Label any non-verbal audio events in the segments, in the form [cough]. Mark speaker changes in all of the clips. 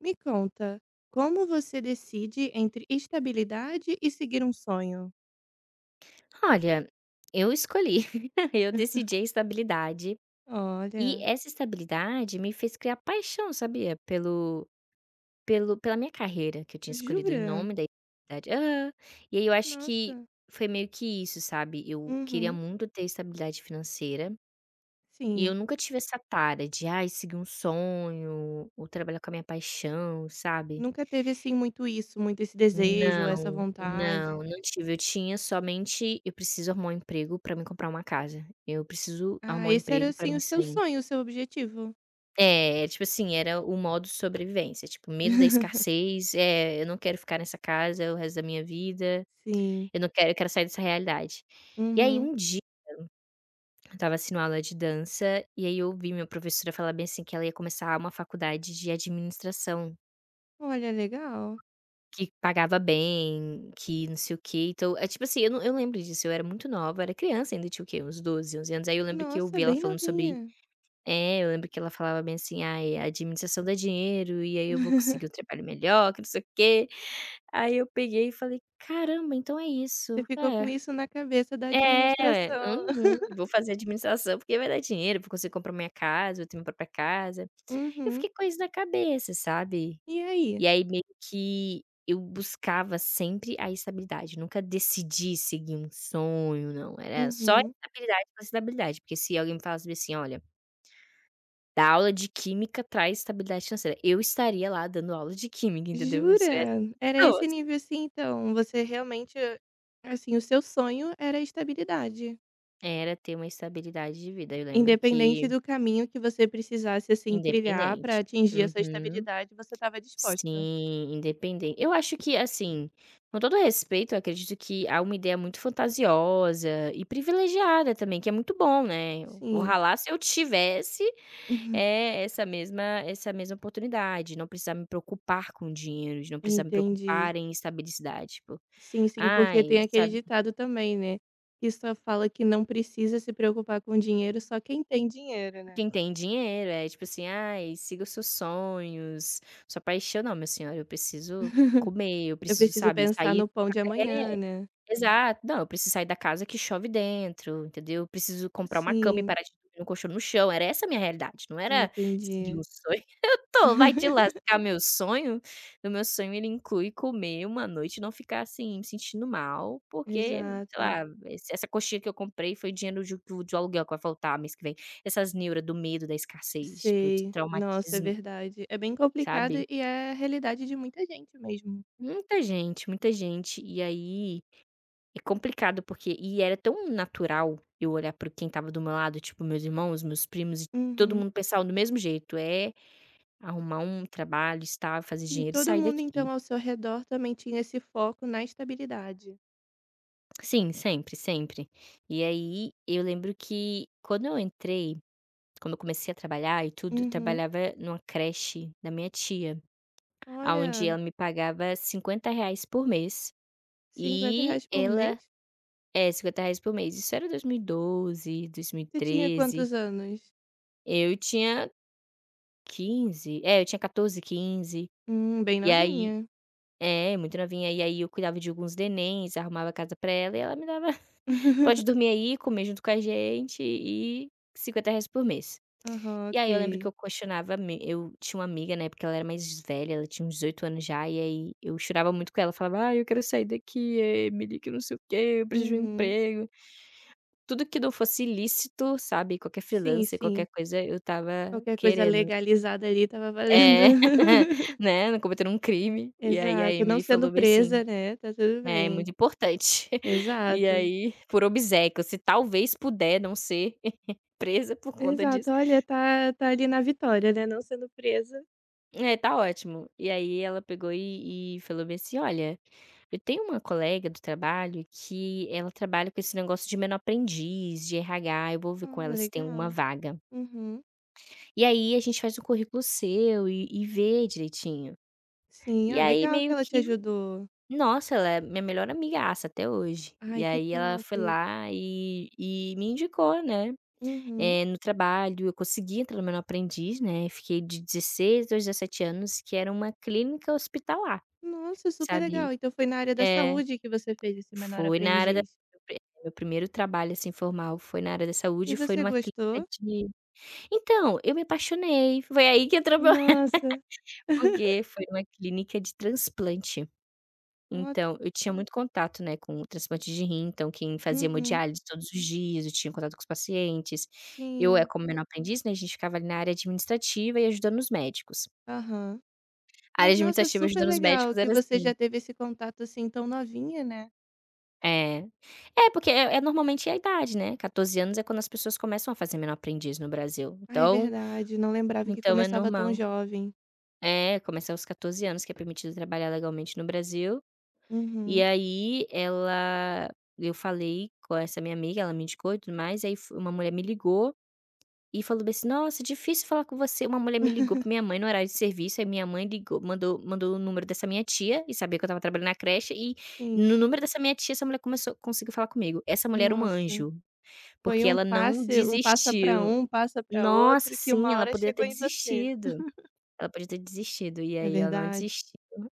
Speaker 1: Me conta, como você decide entre estabilidade e seguir um sonho?
Speaker 2: Olha, eu escolhi, [laughs] eu decidi a estabilidade, e
Speaker 1: Olha,
Speaker 2: essa estabilidade me fez criar paixão, sabia, pelo pelo pela minha carreira que eu tinha escolhido em
Speaker 1: jura?
Speaker 2: nome da estabilidade. Aham. E aí eu acho que
Speaker 1: Nossa.
Speaker 2: foi meio que isso, sabe, eu queria
Speaker 1: Uhum.
Speaker 2: muito ter estabilidade financeira, e
Speaker 1: Sim.
Speaker 2: eu nunca tive essa tara de, ai, seguir um sonho ou trabalhar com a minha paixão, sabe.
Speaker 1: Nunca teve assim muito isso, muito esse desejo, essa
Speaker 2: Não, não,
Speaker 1: vontade.
Speaker 2: não tive. Eu tinha somente eu preciso arrumar um emprego pra me comprar uma casa. Eu preciso
Speaker 1: Ah,
Speaker 2: arrumar um
Speaker 1: esse era
Speaker 2: emprego pra
Speaker 1: assim o
Speaker 2: me
Speaker 1: seu
Speaker 2: sair.
Speaker 1: sonho, o seu objetivo.
Speaker 2: É, tipo assim, era o modo sobrevivência, tipo, medo da
Speaker 1: [laughs]
Speaker 2: escassez, é, eu não quero ficar nessa casa o resto da minha vida,
Speaker 1: Sim.
Speaker 2: eu não quero eu quero sair dessa realidade. E aí
Speaker 1: Uhum.
Speaker 2: um dia, eu estava assistindo aula de dança, e aí eu ouvi minha professora falar bem assim que ela ia começar uma faculdade de administração.
Speaker 1: Olha, legal.
Speaker 2: Que pagava bem, que não sei o quê, então é tipo assim, eu não eu lembro disso, eu era muito nova, era criança ainda, tinha o quê? Uns 12, 11 anos, aí eu lembro que eu
Speaker 1: Nossa,
Speaker 2: vi ela
Speaker 1: bem
Speaker 2: falando
Speaker 1: novinha.
Speaker 2: eu lembro que ela falava bem assim: "Ai, a administração dá dinheiro, e aí eu vou conseguir um
Speaker 1: [laughs]
Speaker 2: trabalho melhor, que não sei o quê". Aí eu peguei e falei: "Caramba, então é
Speaker 1: Você
Speaker 2: isso,
Speaker 1: ficou com
Speaker 2: é.
Speaker 1: isso na cabeça da
Speaker 2: É,
Speaker 1: administração.
Speaker 2: uhum,
Speaker 1: [laughs]
Speaker 2: vou fazer administração porque vai dar dinheiro, vou conseguir comprar minha casa, vou ter minha própria casa". Eu
Speaker 1: Uhum.
Speaker 2: fiquei com isso na cabeça, sabe?
Speaker 1: E aí?
Speaker 2: E aí meio que eu buscava sempre a estabilidade, nunca decidi seguir um sonho, não, era só
Speaker 1: Uhum.
Speaker 2: estabilidade pela estabilidade, porque se alguém me falasse assim: "Olha, dar aula de química traz estabilidade financeira", eu estaria lá dando aula de química, entendeu? Eu sou essa
Speaker 1: Jura? Era
Speaker 2: pessoa,
Speaker 1: esse
Speaker 2: assim.
Speaker 1: nível assim, então, você realmente assim, o seu sonho era a estabilidade,
Speaker 2: Era ter uma estabilidade de vida, eu lembro
Speaker 1: independente
Speaker 2: que
Speaker 1: do caminho que você precisasse, assim, trilhar para
Speaker 2: independente.
Speaker 1: atingir essa
Speaker 2: Uhum.
Speaker 1: estabilidade, você estava disposta.
Speaker 2: Sim, independente eu acho que, assim, com todo respeito, eu acredito que há uma ideia muito fantasiosa e privilegiada também, que é muito bom, né.
Speaker 1: Sim.
Speaker 2: Oxalá se eu tivesse,
Speaker 1: [laughs]
Speaker 2: essa mesma oportunidade, não precisar me preocupar com dinheiro, de não precisar me
Speaker 1: Entendi.
Speaker 2: preocupar em estabilidade, tipo,
Speaker 1: Sim, sim, porque
Speaker 2: ai,
Speaker 1: tem aquele
Speaker 2: sabe,
Speaker 1: ditado também, né, que só fala que não precisa se preocupar com dinheiro só quem tem dinheiro, né.
Speaker 2: quem tem dinheiro é tipo assim: "Ai, siga os seus sonhos, sua paixão". Não, minha senhora, eu preciso comer, eu
Speaker 1: Eu
Speaker 2: preciso,
Speaker 1: preciso
Speaker 2: sabe,
Speaker 1: pensar
Speaker 2: sair
Speaker 1: no pão de
Speaker 2: é.
Speaker 1: amanhã, né.
Speaker 2: Exato. Não, eu preciso sair da casa que chove dentro, entendeu? Eu preciso comprar uma cama e
Speaker 1: Sim,
Speaker 2: parar de dormir no colchão no chão, era essa a minha realidade, não era seguir
Speaker 1: entendi.
Speaker 2: um sonho. [laughs] Tô, vai te
Speaker 1: [laughs]
Speaker 2: lascar meu sonho. O meu sonho ele inclui comer uma noite e não ficar, assim, me sentindo mal, porque, sei
Speaker 1: Exato.
Speaker 2: lá, esse essa coxinha que eu comprei foi dinheiro de do de aluguel que vai faltar mês que vem. Essas neuras do medo da escassez, tipo, de
Speaker 1: Sei. Nossa, é
Speaker 2: traumatismo,
Speaker 1: verdade. É bem complicado
Speaker 2: sabe?
Speaker 1: e é a realidade de muita gente mesmo.
Speaker 2: Muita gente, muita gente. E aí é complicado porque era tão natural eu olhar para quem estava do meu lado, tipo meus irmãos, meus primos e todo
Speaker 1: Uhum.
Speaker 2: mundo pensava do mesmo jeito, é arrumar um trabalho estável, fazer
Speaker 1: Sim,
Speaker 2: dinheiro e
Speaker 1: todo
Speaker 2: sair
Speaker 1: mundo então
Speaker 2: daqui.
Speaker 1: ao seu redor também tinha esse foco na estabilidade.
Speaker 2: Sim, sempre, sempre. E aí eu lembro que quando eu comecei a trabalhar e tudo, eu
Speaker 1: Uhum.
Speaker 2: trabalhava numa creche da minha tia, aonde
Speaker 1: Olha,
Speaker 2: ela me pagava R$ 50 por mês
Speaker 1: cinquenta
Speaker 2: e
Speaker 1: reais por
Speaker 2: ela
Speaker 1: mês?
Speaker 2: é, R$ 50 por mês. Isso era 2012,
Speaker 1: Você tinha
Speaker 2: 2013.
Speaker 1: quantos anos?
Speaker 2: Eu tinha é, eu tinha 14, 15.
Speaker 1: Bem
Speaker 2: E aí
Speaker 1: novinha.
Speaker 2: é, muito novinha. E aí eu cuidava de alguns nenéns, arrumava a casa pra ela e ela me dava: [laughs] "Pode
Speaker 1: [laughs]
Speaker 2: dormir aí, comer junto com a gente e R$ 50 por mês".
Speaker 1: Aham,
Speaker 2: E aí eu lembro que
Speaker 1: ok.
Speaker 2: eu questionava me eu tinha uma amiga, né, porque ela era mais velha, ela tinha uns 18 anos já, e aí eu chorava muito com ela, falava: "Ai, eu quero sair daqui, Emily, que não sei o quê, eu preciso de um
Speaker 1: Uhum.
Speaker 2: emprego". Tudo que não fosse ilícito, sabe, qualquer
Speaker 1: Sim,
Speaker 2: freelancer,
Speaker 1: sim.
Speaker 2: qualquer coisa, eu tava
Speaker 1: Qualquer coisa
Speaker 2: querendo.
Speaker 1: legalizada ali estava valendo.
Speaker 2: É, [laughs]
Speaker 1: [laughs]
Speaker 2: né, não cometeram um crime. E aí a
Speaker 1: Exato. Não
Speaker 2: Emily
Speaker 1: sendo
Speaker 2: falou bem assim:
Speaker 1: presa, né? Tá tudo
Speaker 2: "É, é
Speaker 1: bem.
Speaker 2: muito importante". [laughs] E
Speaker 1: Exato.
Speaker 2: aí, por obséquio, se talvez puder não ser [laughs] presa por conta
Speaker 1: Exato.
Speaker 2: disso,
Speaker 1: Olha, tá tá ali na vitória, né, não sendo presa.
Speaker 2: é, tá ótimo. E aí ela pegou e falou bem assim: "Olha, eu tenho uma colega do trabalho que ela trabalha com esse negócio de menor aprendiz, de RH, eu vou ver com
Speaker 1: Ah,
Speaker 2: ela se tem alguma
Speaker 1: legal.
Speaker 2: vaga.
Speaker 1: Uhum.
Speaker 2: E aí a gente faz o currículo seu e vê direitinho".
Speaker 1: Sim.
Speaker 2: E
Speaker 1: Ah,
Speaker 2: aí
Speaker 1: legal que
Speaker 2: meio
Speaker 1: ela te
Speaker 2: que
Speaker 1: ajudou.
Speaker 2: Nossa, ela é minha melhor amigaça até hoje. E
Speaker 1: Ai, que
Speaker 2: aí ela
Speaker 1: top.
Speaker 2: foi lá e me indicou, né,
Speaker 1: Uhum.
Speaker 2: eh, no trabalho, eu consegui entrar no Menor Aprendiz, né, fiquei de 16 aos 17 anos, que era uma clínica hospitalar,
Speaker 1: Nossa, super
Speaker 2: sabe.
Speaker 1: legal. Então foi na área da
Speaker 2: É,
Speaker 1: saúde que você fez esse menor
Speaker 2: foi na área da
Speaker 1: aprendiz.
Speaker 2: meu primeiro trabalho, assim, formal foi na área da
Speaker 1: E
Speaker 2: saúde, foi
Speaker 1: você
Speaker 2: numa clínica
Speaker 1: gostou?
Speaker 2: de então, eu me apaixonei, foi aí que entrou meu [laughs]
Speaker 1: Nossa.
Speaker 2: porque foi numa clínica de transplante.
Speaker 1: Ó
Speaker 2: Então, eu tinha muito contato, né, com o transplante de rim, então quem fazia
Speaker 1: uhum.
Speaker 2: hemodiálise todos os dias, eu tinha contato com os pacientes. Eu, eh,
Speaker 1: Sim.
Speaker 2: como menor aprendiz, né, a gente ficava ali na área administrativa e ajudando os médicos.
Speaker 1: Aham.
Speaker 2: A área
Speaker 1: Mas, nossa,
Speaker 2: administrativa
Speaker 1: super
Speaker 2: ajudando os
Speaker 1: legal
Speaker 2: médicos
Speaker 1: que
Speaker 2: era
Speaker 1: você já
Speaker 2: assim
Speaker 1: teve esse contato, assim, tão novinha, né.
Speaker 2: é. É, porque normalmente é a idade, né, 14 anos é quando as pessoas começam a fazer menor-aprendiz no Brasil,
Speaker 1: Ah, é
Speaker 2: então
Speaker 1: verdade, não lembrava que
Speaker 2: é
Speaker 1: começava tão
Speaker 2: normal.
Speaker 1: jovem.
Speaker 2: É, começa aos 14 anos que é permitido trabalhar legalmente no Brasil. E
Speaker 1: Uhum.
Speaker 2: aí ela eu falei com essa minha amiga, ela me indicou e tudo mais, aí f uma mulher me ligou e falou bem assim: "Nossa, difícil falar com você". Uma mulher me ligou pra minha mãe no horário de serviço, aí minha mãe ligou mandou mandou o número dessa minha tia e sabia que eu estava trabalhando na creche e
Speaker 1: Sim.
Speaker 2: no número dessa minha tia, essa mulher começou conseguiu falar comigo. Essa mulher era um
Speaker 1: Nossa.
Speaker 2: anjo,
Speaker 1: Foi
Speaker 2: porque
Speaker 1: um
Speaker 2: ela não
Speaker 1: passe
Speaker 2: desistiu.
Speaker 1: um, passa para
Speaker 2: Nossa,
Speaker 1: outro, que
Speaker 2: sim,
Speaker 1: uma
Speaker 2: ela
Speaker 1: hora
Speaker 2: poderia
Speaker 1: chegou
Speaker 2: ter
Speaker 1: em você.
Speaker 2: desistido. Ela podia ter desistido, e
Speaker 1: É
Speaker 2: aí ela não
Speaker 1: verdade?
Speaker 2: desistiu,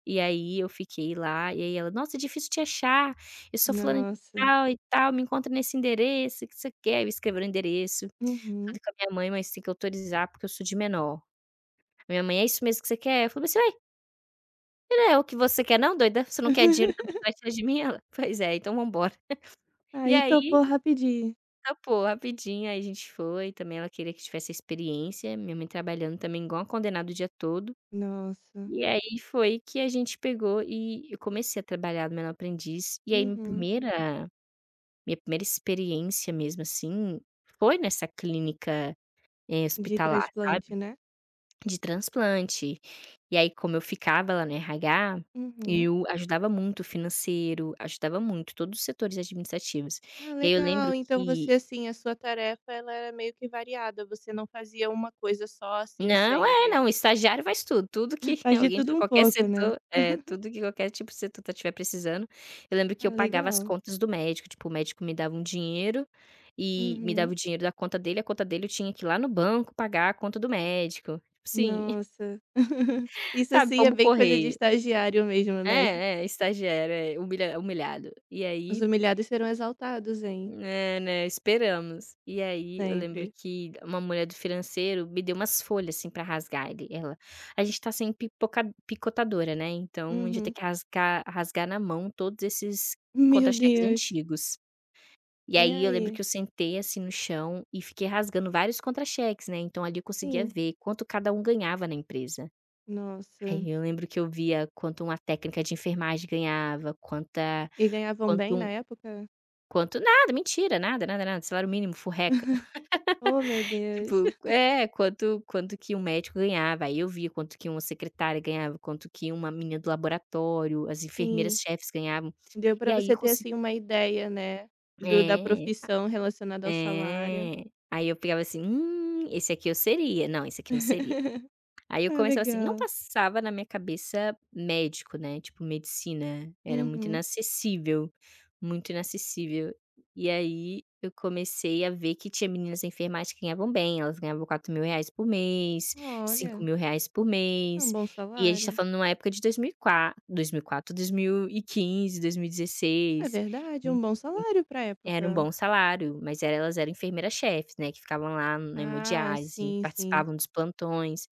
Speaker 2: e aí eu fiquei lá, e aí ela: "Nossa, é difícil te achar, eu sou fulana de
Speaker 1: Nossa.
Speaker 2: tal e tal, me encontra nesse endereço, o que você quer", eu escrevi o endereço,
Speaker 1: Uhum.
Speaker 2: falei com a minha mãe: "Mas tem que autorizar, porque eu sou de menor". A minha mãe: "É isso mesmo que você quer?" Eu falei assim: "Ué, e não é o que você quer não doida? Você não quer dinheiro também, que
Speaker 1: [laughs]
Speaker 2: você vai tirar de mim?" Ela: [laughs] "Pois é, então vamos embora". E
Speaker 1: Aí
Speaker 2: aí
Speaker 1: topou rapidinho.
Speaker 2: topou rapidinho, aí a gente foi, também ela queria que tivesse experiência, minha mãe trabalhando também igual uma condenada o dia todo.
Speaker 1: Nossa.
Speaker 2: E aí foi que a gente pegou e eu comecei a trabalhar no Menor Aprendiz, e aí minha Hum.
Speaker 1: Uhum.
Speaker 2: primeira minha primeira experiência mesmo, assim, foi nessa clínica, eh,
Speaker 1: De
Speaker 2: hospitalar,
Speaker 1: transplante,
Speaker 2: sabe,
Speaker 1: né?
Speaker 2: de transplante. E aí como eu ficava lá no RH,
Speaker 1: Uhum.
Speaker 2: eu ajudava muito o financeiro, ajudava muito todos os setores administrativos.
Speaker 1: Ah,
Speaker 2: E aí eu
Speaker 1: legal.
Speaker 2: lembro
Speaker 1: Então
Speaker 2: que
Speaker 1: você, assim, a sua tarefa ela era meio que variada, você não fazia uma coisa só, assim,
Speaker 2: não,
Speaker 1: sempre.
Speaker 2: não, estagiário faz tudo, tudo que
Speaker 1: [laughs]
Speaker 2: [laughs]
Speaker 1: Faz de
Speaker 2: alguém
Speaker 1: tudo
Speaker 2: de
Speaker 1: um
Speaker 2: qualquer
Speaker 1: pouco, né?
Speaker 2: setor é, tudo que qualquer tipo de setor estiver precisando. Eu lembro que
Speaker 1: Ah,
Speaker 2: eu pagava as
Speaker 1: legal.
Speaker 2: contas do médico, tipo, o médico me dava um dinheiro, e me dava
Speaker 1: Uhum.
Speaker 2: o dinheiro da conta dele, a conta dele eu tinha que ir lá no banco pagar a conta do médico, sim,
Speaker 1: Nossa. [laughs]
Speaker 2: [laughs]
Speaker 1: Isso,
Speaker 2: sabe,
Speaker 1: assim, é bem coisa de
Speaker 2: pombo-correio.
Speaker 1: estagiário mesmo, né?
Speaker 2: É, é, estagiário, é, humilhado. E
Speaker 1: Os
Speaker 2: aí
Speaker 1: humilhados serão exaltados, hein,
Speaker 2: é, né, esperamos. E aí eu lembro
Speaker 1: sempre.
Speaker 2: que uma mulher do financeiro me deu umas folhas, assim, pra rasgar ele ela: "A gente tá sem pipoca picotadora, né, então a gente tem
Speaker 1: Uhum.
Speaker 2: que rasgar na mão todos esses
Speaker 1: Meu
Speaker 2: contra-cheques
Speaker 1: Deus!
Speaker 2: antigos". E
Speaker 1: E
Speaker 2: aí eu lembro
Speaker 1: aí?
Speaker 2: que eu sentei, assim, no chão e fiquei rasgando vários contra-cheques, né, então ali eu conseguia
Speaker 1: Sim,
Speaker 2: ver quanto cada um ganhava na empresa.
Speaker 1: nossa.
Speaker 2: Aí eu lembro que eu via quanto uma técnica de enfermagem ganhava, quanta
Speaker 1: E ganhavam
Speaker 2: quanto
Speaker 1: bem na
Speaker 2: um
Speaker 1: época?
Speaker 2: quanto nada, mentira, nada, nada, nada, salário mínimo, furreca.
Speaker 1: Oh, meu Deus.
Speaker 2: Tipo,
Speaker 1: [laughs]
Speaker 2: quanto que um médico ganhava, aí eu via quanto que uma secretária ganhava, quanto que uma menina do laboratório, as
Speaker 1: Sim,
Speaker 2: enfermeiras-chefes ganhavam,
Speaker 1: deu
Speaker 2: e
Speaker 1: pra
Speaker 2: aí
Speaker 1: você ter,
Speaker 2: consi
Speaker 1: assim, uma ideia, né, do da
Speaker 2: é,
Speaker 1: profissão relacionada ao salário.
Speaker 2: é. Aí eu pegava assim: esse aqui eu seria. Não, esse aqui não seria".
Speaker 1: [laughs]
Speaker 2: Aí eu
Speaker 1: Ah,
Speaker 2: começava assim, não
Speaker 1: legal.
Speaker 2: passava na minha cabeça médico, né, tipo medicina, era muito
Speaker 1: Uhum.
Speaker 2: inacessível, muito inacessível. E aí eu comecei a ver que tinha meninas na enfermagem que ganhavam bem, elas ganhavam R$ 4.000 por mês, cinco
Speaker 1: Olha,
Speaker 2: mil reais por
Speaker 1: é um
Speaker 2: mês,
Speaker 1: bom
Speaker 2: e a gente tá
Speaker 1: salário.
Speaker 2: falando numa época de dois mil e quatro, quatro, quinze, dois mil e
Speaker 1: É
Speaker 2: 2016.
Speaker 1: verdade, é um bom salário pra
Speaker 2: Era um
Speaker 1: época.
Speaker 2: bom salário, mas era elas eram enfermeiras-chefes, né, que ficavam lá na
Speaker 1: Ah,
Speaker 2: hemodiálise,
Speaker 1: sim, sim.
Speaker 2: participavam dos plantões.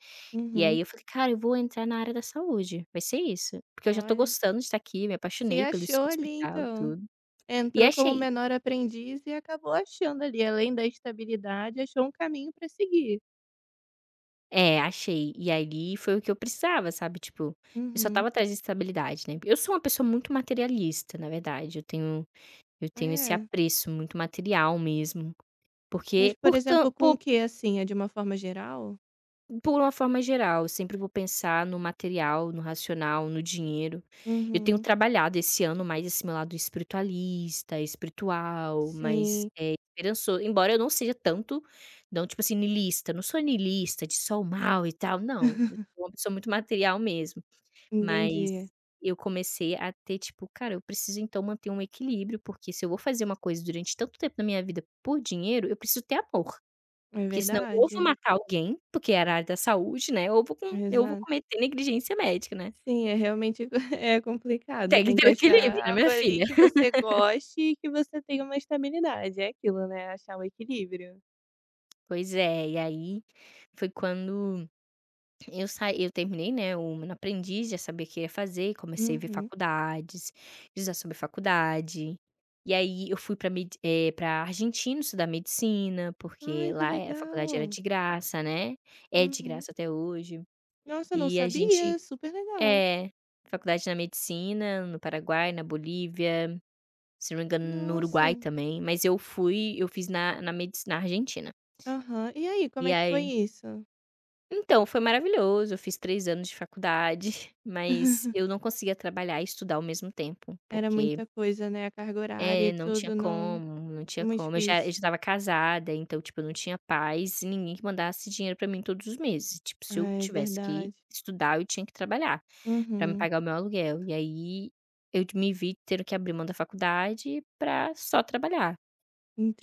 Speaker 2: E aí
Speaker 1: Uhum.
Speaker 2: eu falei: "Cara, eu vou entrar na área da saúde, vai ser isso". Porque eu já tô
Speaker 1: Olha,
Speaker 2: gostando de estar aqui, me
Speaker 1: se
Speaker 2: apaixonei pelo esse
Speaker 1: achou ali
Speaker 2: hospital,
Speaker 1: então.
Speaker 2: tudo. E
Speaker 1: Entrou como
Speaker 2: achei
Speaker 1: menor aprendiz e acabou achando ali, além da estabilidade, achou um caminho para seguir.
Speaker 2: é, achei. E ali foi o que eu precisava, sabe, tipo, eu só
Speaker 1: Uhum.
Speaker 2: estava atrás de estabilidade, né. Eu sou uma pessoa muito materialista, na verdade, eu tenho esse
Speaker 1: É.
Speaker 2: apreço muito material mesmo, porque
Speaker 1: Mas, por
Speaker 2: por
Speaker 1: exemplo,
Speaker 2: tan
Speaker 1: com o que, assim? É de uma forma geral?
Speaker 2: por uma forma geral, eu sempre vou pensar no material, no racional, no dinheiro. Eu tenho
Speaker 1: Uhum.
Speaker 2: trabalhado esse ano mais esse meu lado espiritualista, espiritual, mais,
Speaker 1: Sim.
Speaker 2: esperançoso, embora eu não seja tanto, não tipo assim, niilista, não sou niilista de só o mal e tal, não, eu sou
Speaker 1: [laughs]
Speaker 2: uma pessoa muito material mesmo, mas
Speaker 1: Entendi.
Speaker 2: eu comecei a ter tipo: "Cara, eu preciso então manter um equilíbrio, porque se eu vou fazer uma coisa durante tanto tempo da minha vida por dinheiro, eu preciso ter amor".
Speaker 1: É
Speaker 2: Porque senão ou vou
Speaker 1: verdade.
Speaker 2: matar alguém, porque era a área da saúde, né, ou vou
Speaker 1: Exato.
Speaker 2: cometer negligência médica, né.
Speaker 1: Sim, é realmente [laughs] é complicado.
Speaker 2: Tem que
Speaker 1: Tem que
Speaker 2: ter o
Speaker 1: achar
Speaker 2: equilíbrio, né,
Speaker 1: algo
Speaker 2: minha
Speaker 1: ali
Speaker 2: filha.
Speaker 1: que você goste e que você tenha uma estabilidade. É aquilo, né? Achar o equilíbrio.
Speaker 2: Pois é, e aí foi quando eu saí eu terminei, né, o Menino Aprendiz, já sabia o que ia fazer, comecei a ver
Speaker 1: Uhum.
Speaker 2: faculdades, pesquisar sobre faculdade. E aí eu fui pra Argentina estudar medicina, porque
Speaker 1: Ai, que
Speaker 2: lá, a faculdade era
Speaker 1: legal.
Speaker 2: de graça, né. É de
Speaker 1: Uhum.
Speaker 2: graça até hoje.
Speaker 1: Nossa, eu não
Speaker 2: E a gente
Speaker 1: sabia, super legal.
Speaker 2: É, Faculdade na medicina, no Paraguai, na Bolívia, se não me engano no
Speaker 1: Nossa.
Speaker 2: Uruguai também, mas eu fiz na medicina na Argentina.
Speaker 1: Aham. E aí, como
Speaker 2: E
Speaker 1: é que foi
Speaker 2: aí
Speaker 1: isso?
Speaker 2: então, foi maravilhoso, eu fiz 3 anos de faculdade, [laughs] mas eu
Speaker 1: [laughs]
Speaker 2: não conseguia trabalhar e estudar ao mesmo tempo,
Speaker 1: Era
Speaker 2: porque
Speaker 1: muita coisa, né, a carga horária e
Speaker 2: é, não tinha
Speaker 1: tudo, não
Speaker 2: como, não
Speaker 1: é
Speaker 2: tinha
Speaker 1: muito
Speaker 2: como. Eu já
Speaker 1: difícil.
Speaker 2: estava casada, então, tipo, eu não tinha paz e ninguém que mandasse dinheiro pra mim todos os meses. Tipo,
Speaker 1: Ah,
Speaker 2: se eu
Speaker 1: é
Speaker 2: tivesse que
Speaker 1: verdade.
Speaker 2: estudar, eu tinha que trabalhar. Pra me
Speaker 1: Uhum.
Speaker 2: pagar o meu aluguel. E aí, eu me vi tendo que abrir mão da faculdade pra só trabalhar.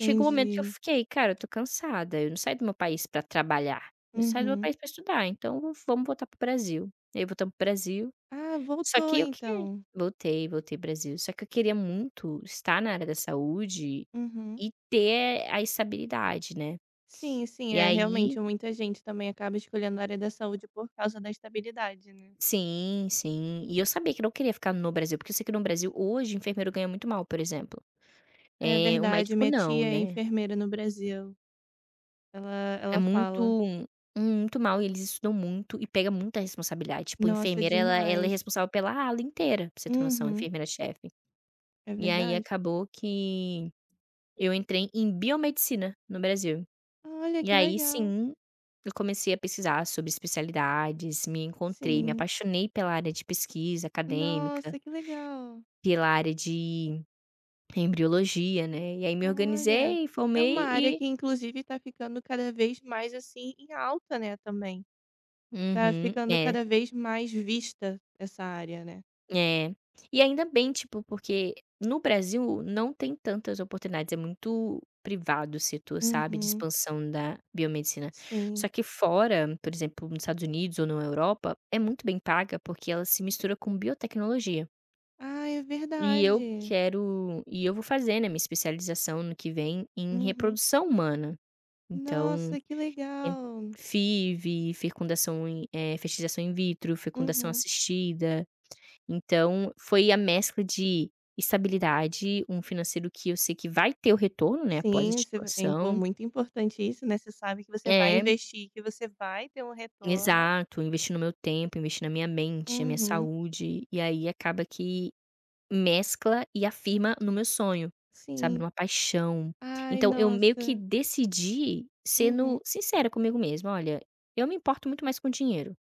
Speaker 2: Chegou o momento que eu fiquei: "Cara, eu tô cansada, eu não saio do meu país pra trabalhar, eu saio do meu
Speaker 1: Uhum.
Speaker 2: país pra estudar, então v vamos voltar pro Brasil". E aí voltamos pro Brasil,
Speaker 1: Ah,
Speaker 2: só
Speaker 1: voltou
Speaker 2: que
Speaker 1: então.
Speaker 2: voltei pro Brasil, só que eu queria muito estar na área da saúde
Speaker 1: Uhum.
Speaker 2: e ter a estabilidade, né.
Speaker 1: Sim, sim,
Speaker 2: E
Speaker 1: é,
Speaker 2: aí
Speaker 1: realmente muita gente também acaba escolhendo a área da saúde por causa da estabilidade, né.
Speaker 2: sim, sim. E eu sabia que eu não queria ficar no Brasil, porque eu sei que no Brasil hoje enfermeiro ganha muito mal, por exemplo.
Speaker 1: É
Speaker 2: Eh, o
Speaker 1: verdade,
Speaker 2: médico
Speaker 1: minha
Speaker 2: não,
Speaker 1: tia é
Speaker 2: né.
Speaker 1: enfermeira no Brasil. Ela
Speaker 2: É
Speaker 1: ela fala.
Speaker 2: muito Muito mal e eles estudam muito e pega muita responsabilidade, tipo, a
Speaker 1: Nossa,
Speaker 2: enfermeira ela é
Speaker 1: demais.
Speaker 2: responsável pela ala inteira, pra você ter noção, a
Speaker 1: Uhum.
Speaker 2: enfermeira-chefe.
Speaker 1: É
Speaker 2: E aí
Speaker 1: verdade?
Speaker 2: acabou que eu entrei em biomedicina no Brasil.
Speaker 1: Olha,
Speaker 2: E
Speaker 1: que
Speaker 2: aí
Speaker 1: legal.
Speaker 2: sim, eu comecei a pesquisar sobre especialidades, me encontrei, me
Speaker 1: Sim.
Speaker 2: apaixonei pela área de pesquisa acadêmica,
Speaker 1: Nossa, que legal.
Speaker 2: pela área de embriologia, né, e aí me
Speaker 1: Olha,
Speaker 2: organizei,
Speaker 1: é uma
Speaker 2: formei
Speaker 1: área
Speaker 2: e
Speaker 1: que inclusive tá ficando cada vez mais, assim, em alta, né, também. Tá
Speaker 2: uhum,
Speaker 1: ficando
Speaker 2: é.
Speaker 1: cada vez mais vista essa área, né.
Speaker 2: É. E ainda bem, tipo, porque no Brasil não tem tantas oportunidades, é muito privado o setor, sabe, de
Speaker 1: Uhum,
Speaker 2: expansão da biomedicina. Só
Speaker 1: sim.
Speaker 2: que fora, por exemplo, nos Estados Unidos ou na Europa, é muito bem paga, porque ela se mistura com biotecnologia.
Speaker 1: Ah, é verdade.
Speaker 2: E eu vou fazer, né, minha especialização no que vem em
Speaker 1: Uhum.
Speaker 2: reprodução humana. Então,
Speaker 1: Nossa, que
Speaker 2: é
Speaker 1: legal.
Speaker 2: FIV, fertilização in vitro, fecundação
Speaker 1: Uhum.
Speaker 2: assistida. Então, foi a mescla de estabilidade, um financeiro que eu sei que vai ter o retorno, né, após a
Speaker 1: Sim, você va é impo
Speaker 2: titulação.
Speaker 1: muito importante isso, né, você sabe que você vai
Speaker 2: É,
Speaker 1: investir, que você vai ter um retorno.
Speaker 2: exato, investir no meu tempo, investir na minha mente, na minha
Speaker 1: Uhum,
Speaker 2: saúde, e aí acaba que mescla e afirma no meu sonho, sabe,
Speaker 1: sim.
Speaker 2: numa paixão.
Speaker 1: Ai,
Speaker 2: Então eu meio que
Speaker 1: nossa.
Speaker 2: decidi
Speaker 1: Uhum.
Speaker 2: sendo sincera comigo mesma: "Olha, eu me importo muito mais com dinheiro,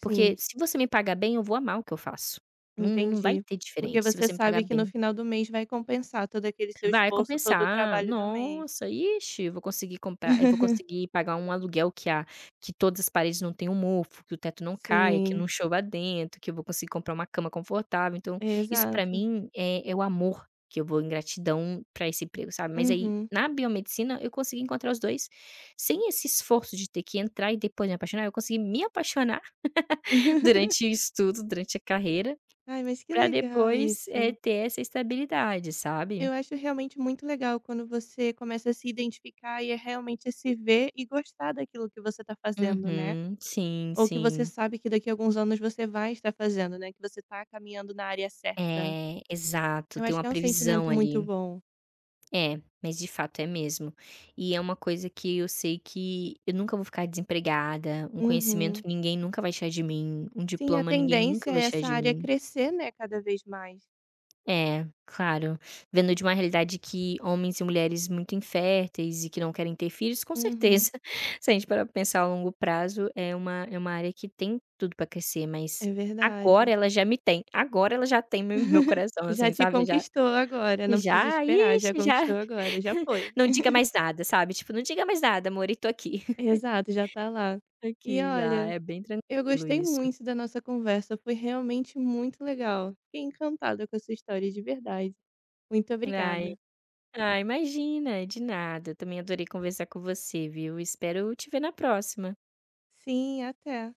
Speaker 2: porque se você me pagar bem eu vou amar o que eu faço, não vai
Speaker 1: entendi.
Speaker 2: ter
Speaker 1: Porque
Speaker 2: diferente se
Speaker 1: você
Speaker 2: você me pagar
Speaker 1: sabe que no
Speaker 2: bem".
Speaker 1: final do mês vai compensar todo aquele seu
Speaker 2: Vai
Speaker 1: esforço, todo o
Speaker 2: compensar.
Speaker 1: trabalho do mês.
Speaker 2: Nossa, ixi, eu vou
Speaker 1: [laughs]
Speaker 2: conseguir pagar um aluguel que todas as paredes não tenham mofo, que o teto não caia, que
Speaker 1: Sim,
Speaker 2: não chova dentro, que eu vou conseguir comprar uma cama confortável. Então, isso pra
Speaker 1: exato.
Speaker 2: mim é o amor que eu vou em gratidão pra esse emprego, sabe. Mas aí,
Speaker 1: Uhum.
Speaker 2: na biomedicina, eu consegui encontrar os 2 sem esse esforço de ter que entrar e depois me apaixonar. Eu consegui me apaixonar [laughs]
Speaker 1: [laughs]
Speaker 2: durante o estudo, durante a carreira,
Speaker 1: Ai, mas que
Speaker 2: pra
Speaker 1: legal
Speaker 2: depois,
Speaker 1: isso.
Speaker 2: ter essa estabilidade, sabe.
Speaker 1: Eu acho realmente muito legal quando você começa a se identificar e é realmente se ver e gostar daquilo que você está fazendo, né?
Speaker 2: Uhum. Sim,
Speaker 1: Ou que você
Speaker 2: sim.
Speaker 1: sabe que daqui a alguns anos você vai estar fazendo, né? Que você está caminhando na área certa.
Speaker 2: É, exato,
Speaker 1: Eu
Speaker 2: tem
Speaker 1: acho que
Speaker 2: uma
Speaker 1: é um
Speaker 2: previsão
Speaker 1: sentimento muito
Speaker 2: ali.
Speaker 1: bom.
Speaker 2: É, mas de fato é mesmo. E é uma coisa que eu sei que eu nunca vou ficar desempregada, um conhecimento
Speaker 1: Uhum.
Speaker 2: ninguém nunca vai tirar de mim, um
Speaker 1: Sim, a
Speaker 2: diploma ninguém
Speaker 1: tendência
Speaker 2: nunca
Speaker 1: é
Speaker 2: vai tirar
Speaker 1: essa
Speaker 2: de
Speaker 1: área
Speaker 2: mim.
Speaker 1: crescer, né, cada vez mais.
Speaker 2: É, claro. Vendo de uma realidade que homens e mulheres muito inférteis e que não querem ter filhos, com
Speaker 1: Uhum.
Speaker 2: certeza, [laughs] se a gente parar pra pensar a longo prazo, é uma área que tem tudo pra crescer, mas
Speaker 1: É
Speaker 2: agora
Speaker 1: verdade.
Speaker 2: ela já me tem. Agora ela já tem meu
Speaker 1: [laughs]
Speaker 2: coração,
Speaker 1: Já
Speaker 2: assim,
Speaker 1: te
Speaker 2: sabe, já
Speaker 1: conquistou agora, não precisa
Speaker 2: já
Speaker 1: esperar, já
Speaker 2: ixi, já
Speaker 1: conquistou agora, já
Speaker 2: [laughs]
Speaker 1: foi.
Speaker 2: não diga mais nada, sabe, tipo: "Não diga mais nada, amor, e tô aqui". [laughs]
Speaker 1: Exato, já tá lá. E
Speaker 2: Aqui já,
Speaker 1: olha,
Speaker 2: é bem
Speaker 1: eu
Speaker 2: tranquilo
Speaker 1: gostei
Speaker 2: isso.
Speaker 1: muito da nossa conversa, foi realmente muito legal. Fiquei encantada com a sua história de verdade. Muito
Speaker 2: Ai,
Speaker 1: obrigada.
Speaker 2: ah, imagina, de nada. Eu também adorei conversar com você, viu. Espero te ver na próxima.
Speaker 1: Sim, até.